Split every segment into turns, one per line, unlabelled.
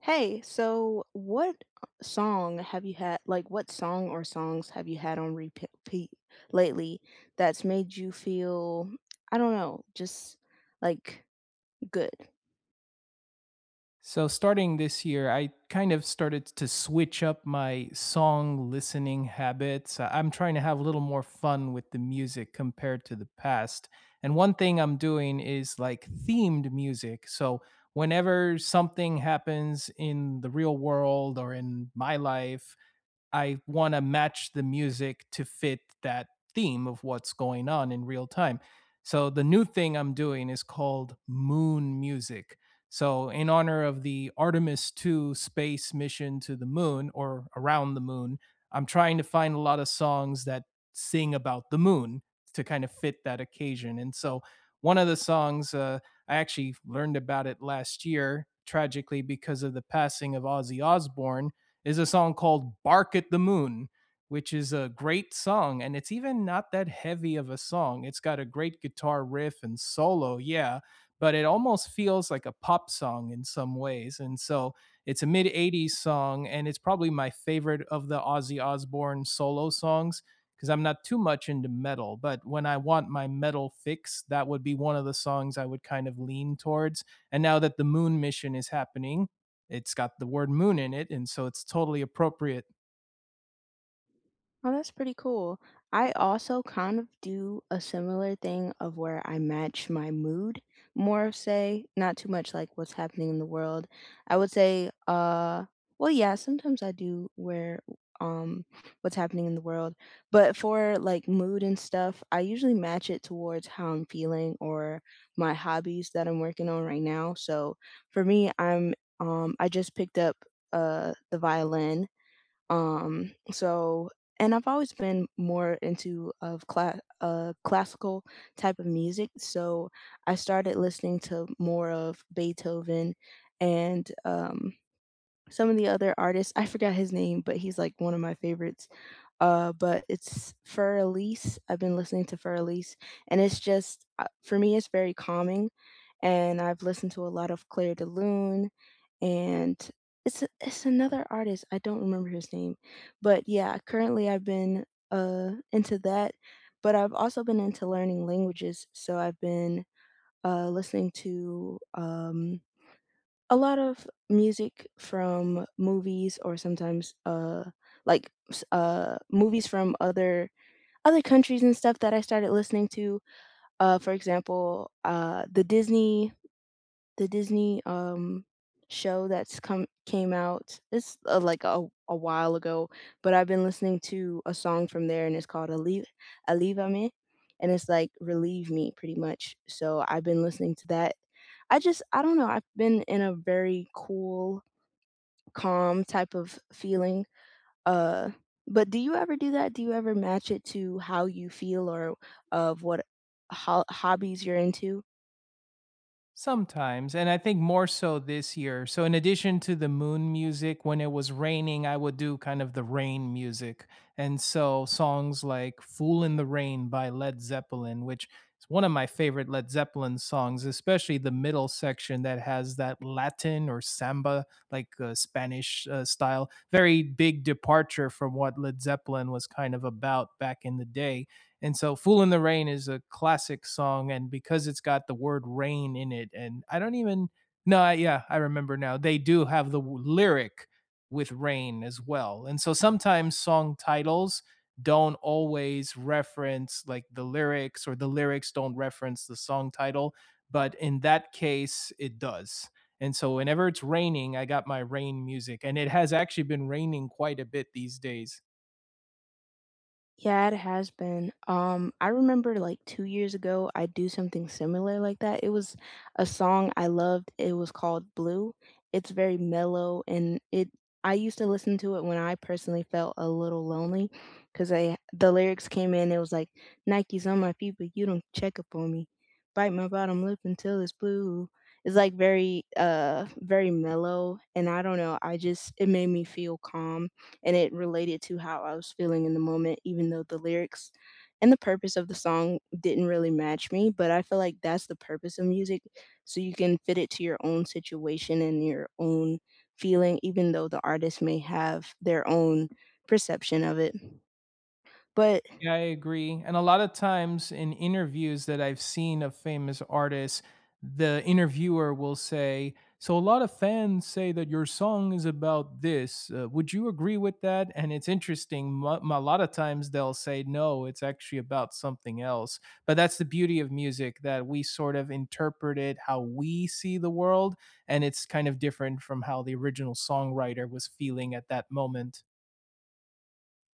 Hey, so what song or songs have you had on repeat lately that's made you feel, I don't know, just like good?
So, starting this year, I kind of started to switch up my song listening habits. I'm trying to have a little more fun with the music compared to the past. And one thing I'm doing is like themed music. So, whenever something happens in the real world or in my life, I want to match the music to fit that theme of what's going on in real time. So the new thing I'm doing is called moon music. So in honor of the Artemis 2 space mission to the moon or around the moon, I'm trying to find a lot of songs that sing about the moon to kind of fit that occasion. And so one of the songs I actually learned about it last year tragically because of the passing of Ozzy Osbourne is a song called Bark at the Moon, which is a great song. And it's even not that heavy of a song. It's got a great guitar riff and solo, yeah, but it almost feels like a pop song in some ways. And so it's a mid 80s song, and it's probably my favorite of the Ozzy Osbourne solo songs because I'm not too much into metal. But when I want my metal fix, that would be one of the songs I would kind of lean towards. And now that the moon mission is happening, it's got the word moon in it, and so it's totally appropriate
Oh, that's pretty cool. I also kind of do a similar thing of where I match my mood more, say, not too much like what's happening in the world. I would say, well, yeah, sometimes I do wear um what's happening in the world, but for like mood and stuff, I usually match it towards how I'm feeling or my hobbies that I'm working on right now. So for me, I just picked up the violin. So and I've always been more into classical type of music, so I started listening to more of Beethoven and, some of the other artists. I forgot his name, but he's, like, one of my favorites. But it's Fur Elise. I've been listening to Fur Elise, and it's just, for me, it's very calming. And I've listened to a lot of Claire de Lune, and it's another artist. I don't remember his name, but yeah, currently I've been into that. But I've also been into learning languages, so I've been listening to a lot of music from movies or sometimes, like, s movies from other countries and stuff that I started listening to. For example, the Disney show that's come came out. It's, like, a while ago, but I've been listening to a song from there, and it's called Alívame, and it's, like, "Relieve Me," pretty much. So, I've been listening to that. I don't know, I've been in a very cool, calm type of feeling, uh, but do you ever do that? Do you ever match it to how you feel or of what ho hobbies you're into?
sometimes. And I think more so this year. So, in addition to the moon music, when it was raining, I would do kind of the rain music. And so, songs like Fool in the Rain by Led Zeppelin, which is one of my favorite Led Zeppelin songs, especially the middle section that has that Latin or samba, like Spanish style. Very big departure from what Led Zeppelin was kind of about back in the day. And so Fool in the Rain is a classic song. And because it's got the word rain in it, and I don't even, no, I, yeah, I remember now. They do have the lyric with rain as well. And so sometimes song titles don't always reference like the lyrics or the lyrics don't reference the song title. But in that case, it does. And so whenever it's raining, I got my rain music. And it has actually been raining quite a bit these days.
Yeah, it has been. I remember like 2 years ago, I do something similar like that. It was a song I loved. It was called Blue. It's very mellow, and it. I used to listen to it when I personally felt a little lonely, because I the lyrics came in. It was like, Nike's on my feet, but you don't check up on me. Bite my bottom lip until it's blue. It's like very, very mellow, and I don't know. I just it made me feel calm, and it related to how I was feeling in the moment, even though the lyrics and the purpose of the song didn't really match me. But I feel like that's the purpose of music, so you can fit it to your own situation and your own feeling, even though the artist may have their own perception of it. But,
Yeah, I agree. And a lot of times in interviews that I've seen of famous artists, the interviewer will say, "So a lot of fans say that your song is about this. Would you agree with that?" And it's interesting. A lot of times they'll say, "No, it's actually about something else." But that's the beauty of music that we sort of interpret it how we see the world. And it's kind of different from how the original songwriter was feeling at that moment.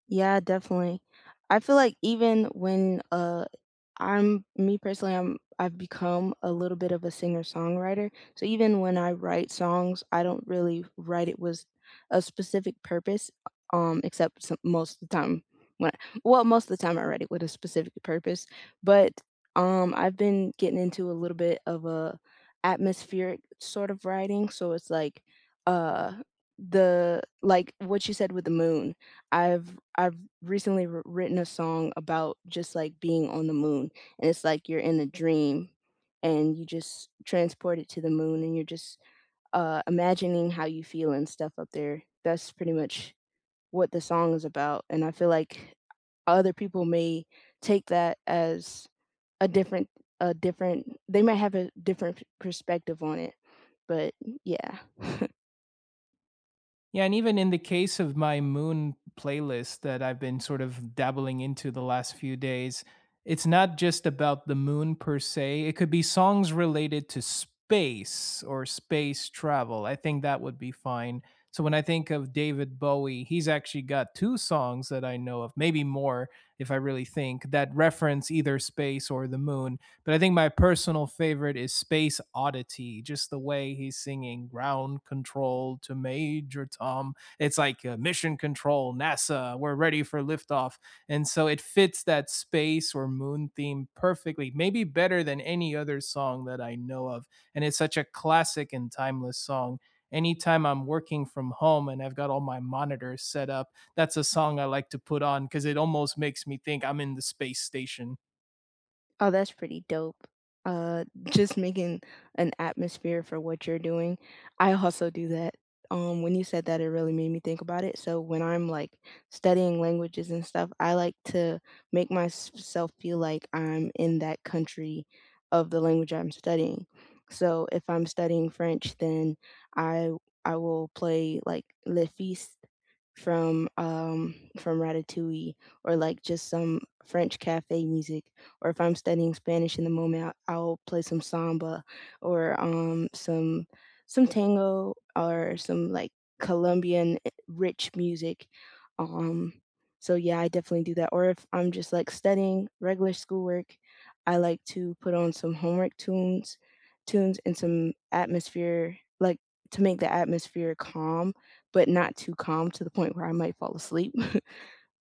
yeah, definitely. I feel like even when, I'm me personally, I've become a little bit of a singer-songwriter. So even when I write songs, I don't really write it with a specific purpose, except some most of the time when I, well, most of the time I write it with a specific purpose, but, I've been getting into a little bit of a atmospheric sort of writing, so it's like, uh, the like what you said with the moon. I've recently wr written a song about just, like, being on the moon, and it's like you're in a dream, and you just transported to the moon, and you're just, imagining how you feel and stuff up there. That's pretty much what the song is about, and I feel like other people may take that as a different a different they might have a different perspective on it, but yeah.
Yeah, and even in the case of my moon playlist that I've been sort of dabbling into the last few days, it's not just about the moon per se. It could be songs related to space or space travel. I think that would be fine. So when I think of David Bowie, he's actually got two songs that I know of, maybe more if I really think, that reference either space or the moon. But I think my personal favorite is Space Oddity, just the way he's singing ground control to Major Tom. It's like mission control, NASA, we're ready for liftoff. And so it fits that space or moon theme perfectly, maybe better than any other song that I know of. And it's such a classic and timeless song. Anytime I'm working from home and I've got all my monitors set up, that's a song I like to put on because it almost makes me think I'm in the space station.
Oh, that's pretty dope. Just making an atmosphere for what you're doing. I also do that. When you said that, it really made me think about it. So when I'm like studying languages and stuff, I like to make myself feel like I'm in that country of the language I'm studying. So if I'm studying French, then I I will play like Le Fist from Ratatouille, or like just some French cafe music. Or if I'm studying Spanish in the moment, I'll play some samba or some tango or some like Colombian rich music. Um, so, yeah, I definitely do that. Or if I'm just like studying regular schoolwork, I like to put on some homework tunes and some atmosphere, like, to make the atmosphere calm, but not too calm to the point where I might fall asleep.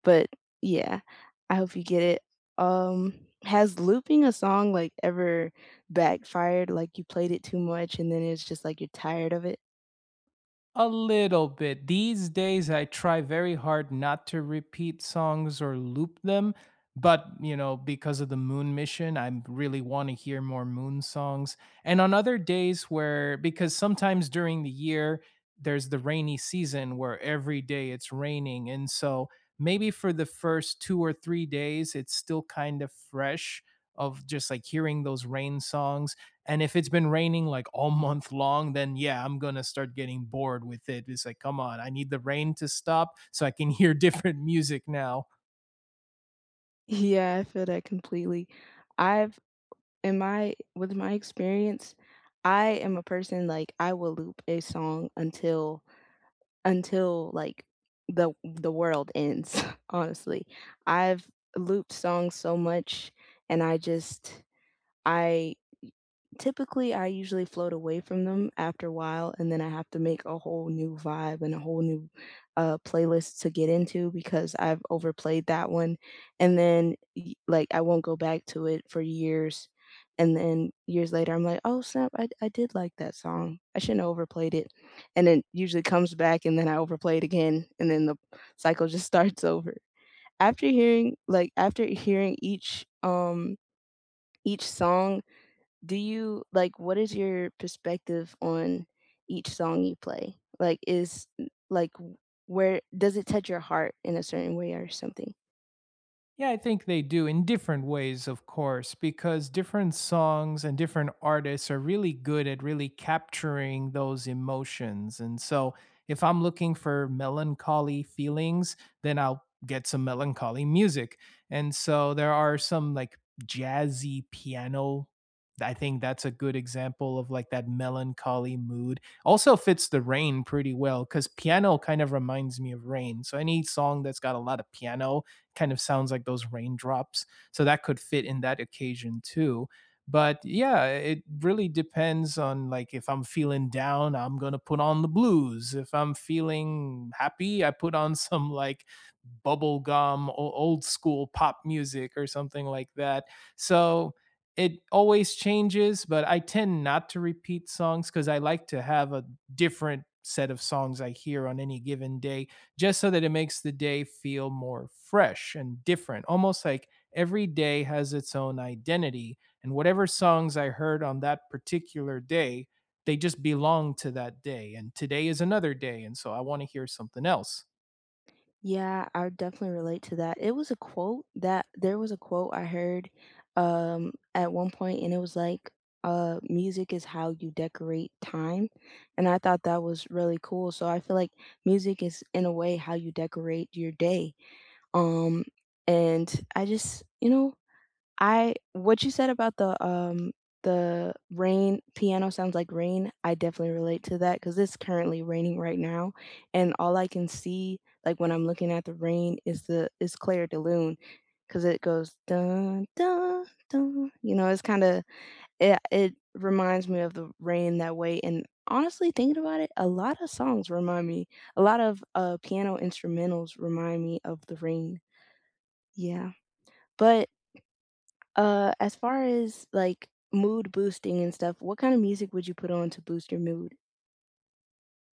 But yeah, I hope you get it. Um, has looping a song, like, ever backfired? Like, you played it too much and then it's just like you're tired of it?
A little bit. These days, I try very hard not to repeat songs or loop them. But, you know, because of the moon mission, I really want to hear more moon songs. And on other days where, because sometimes during the year, there's the rainy season where every day it's raining. And so maybe for the first 2 or 3 days, it's still kind of fresh of just like hearing those rain songs, and if it's been raining like all month long, then yeah, I'm gonna start getting bored with it. It's like, come on, I need the rain to stop so I can hear different music now.
Yeah, I feel that completely. I've in my With my experience, I am a person, like, I will loop a song until, like, the world ends, honestly. I've looped songs so much, and I just I typically, I usually float away from them after a while, and then I have to make a whole new vibe and a whole new playlist to get into because I've overplayed that one. And then, like, I won't go back to it for years. And then years later, I'm like, oh, snap, I did like that song. I shouldn't have overplayed it. And it usually comes back, and then I overplay it again, and then the cycle just starts over. After hearing each song, do you like, what is your perspective on each song you play? Like w- where does it touch your heart in a certain way or something?
Yeah, I think they do in different ways, of course, because different songs and different artists are really good at really capturing those emotions. And so, if I'm looking for melancholy feelings, then I'll get some melancholy music. And so, there are some like jazzy piano. I think that's a good example of like that melancholy mood. Also fits the rain pretty well because piano kind of reminds me of rain. So, any song that's got a lot of piano kind of sounds like those raindrops. So that could fit in that occasion too. But yeah, it really depends on like if I'm feeling down, I'm going to put on the blues. If I'm feeling happy, I put on some like bubblegum old school pop music or something like that. So it always changes, but I tend not to repeat songs because I like to have a different set of songs I hear on any given day just so that it makes the day feel more fresh and different, almost like every day has its own identity. And whatever songs I heard on that particular day, they just belong to that day. And today is another day. And so I want to hear something else.
Yeah, I definitely relate to that. It was a quote that There was a quote I heard at one point, and it was like, music is how you decorate time. And I thought that was really cool. So I feel like music is in a way how you decorate your day. Um and I just, you know, I what you said about the rain piano sounds like rain, I definitely relate to that because it's currently raining right now, and all I can see, like, when I'm looking at the rain is the is Claire de Lune, because it goes, "Dun, dun, dun." It's kinda, it reminds me of the rain that way. And honestly, thinking about it, a lot of songs remind me, a lot of, piano instrumentals remind me of the rain. Yeah, but as far as like mood boosting and stuff, what kind of music would you put on to boost your mood?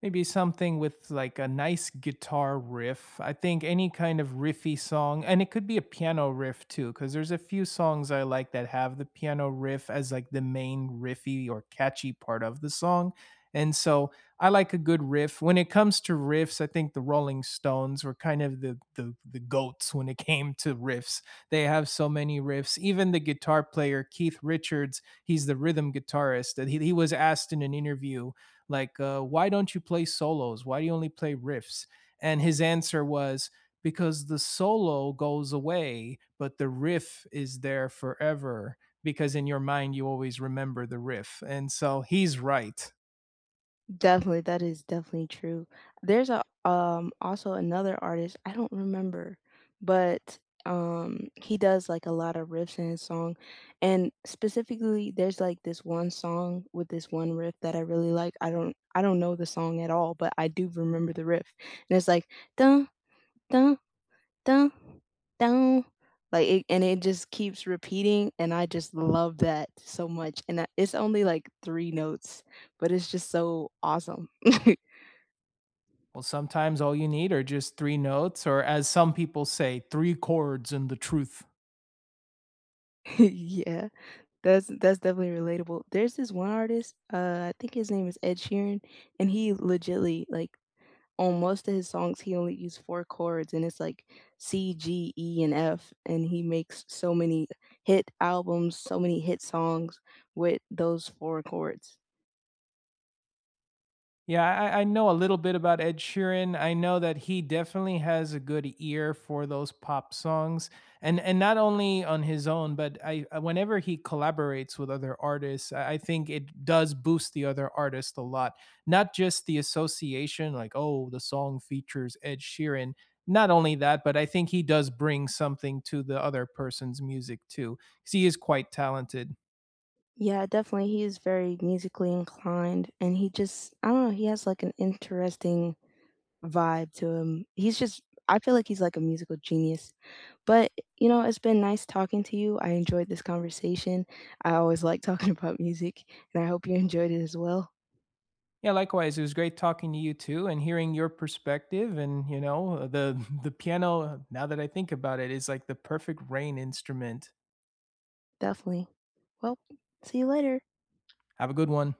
Maybe something with like a nice guitar riff. I think any kind of riffy song, and it could be a piano riff too, because there's a few songs I like that have the piano riff as like the main riffy or catchy part of the song. And so I like a good riff. When it comes to riffs, I think the Rolling Stones were kind of the goats when it came to riffs. They have so many riffs. Even the guitar player Keith Richards, he's the rhythm guitarist, that he was asked in an interview like, "Why don't you play solos? Why do you only play riffs?" And his answer was, because the solo goes away but the riff is there forever, because in your mind you always remember the riff. And so he's right.
Definitely, that is definitely true. There's a also another artist, I don't remember, but he does like a lot of riffs in his song. And specifically there's like this one song with this one riff that I really like. I don't know the song at all, but I do remember the riff. And it's like, dun, dun, dun, dun, like, it, and it just keeps repeating, and I just love that so much, and I it's only, like, three notes, but it's just so awesome.
Well, sometimes all you need are just three notes, or as some people say, three chords and the truth.
Yeah, that's definitely relatable. There's this one artist, I think his name is Ed Sheeran, and he legitly, like, on most of his songs, he only uses four chords, and it's, like, C, G, E, and F, and he makes so many hit albums, so many hit songs with those four chords.
Yeah, I know a little bit about Ed Sheeran. I know that he definitely has a good ear for those pop songs, and not only on his own, but whenever he collaborates with other artists, I think it does boost the other artist a lot. Not just the association, like, oh, the song features Ed Sheeran. Not only that, but I think he does bring something to the other person's music too, because he is quite talented.
Yeah, definitely. He is very musically inclined, and he just I don't know, he has like an interesting vibe to him. He's just I feel like he's like a musical genius. But, it's been nice talking to you. I enjoyed this conversation. I always like talking about music, and I hope you enjoyed it as well.
Yeah, likewise. It was great talking to you too and hearing your perspective, and you know, the the piano, now that I think about it, is like the perfect rain instrument.
Definitely. Well, see you later.
Have a good one.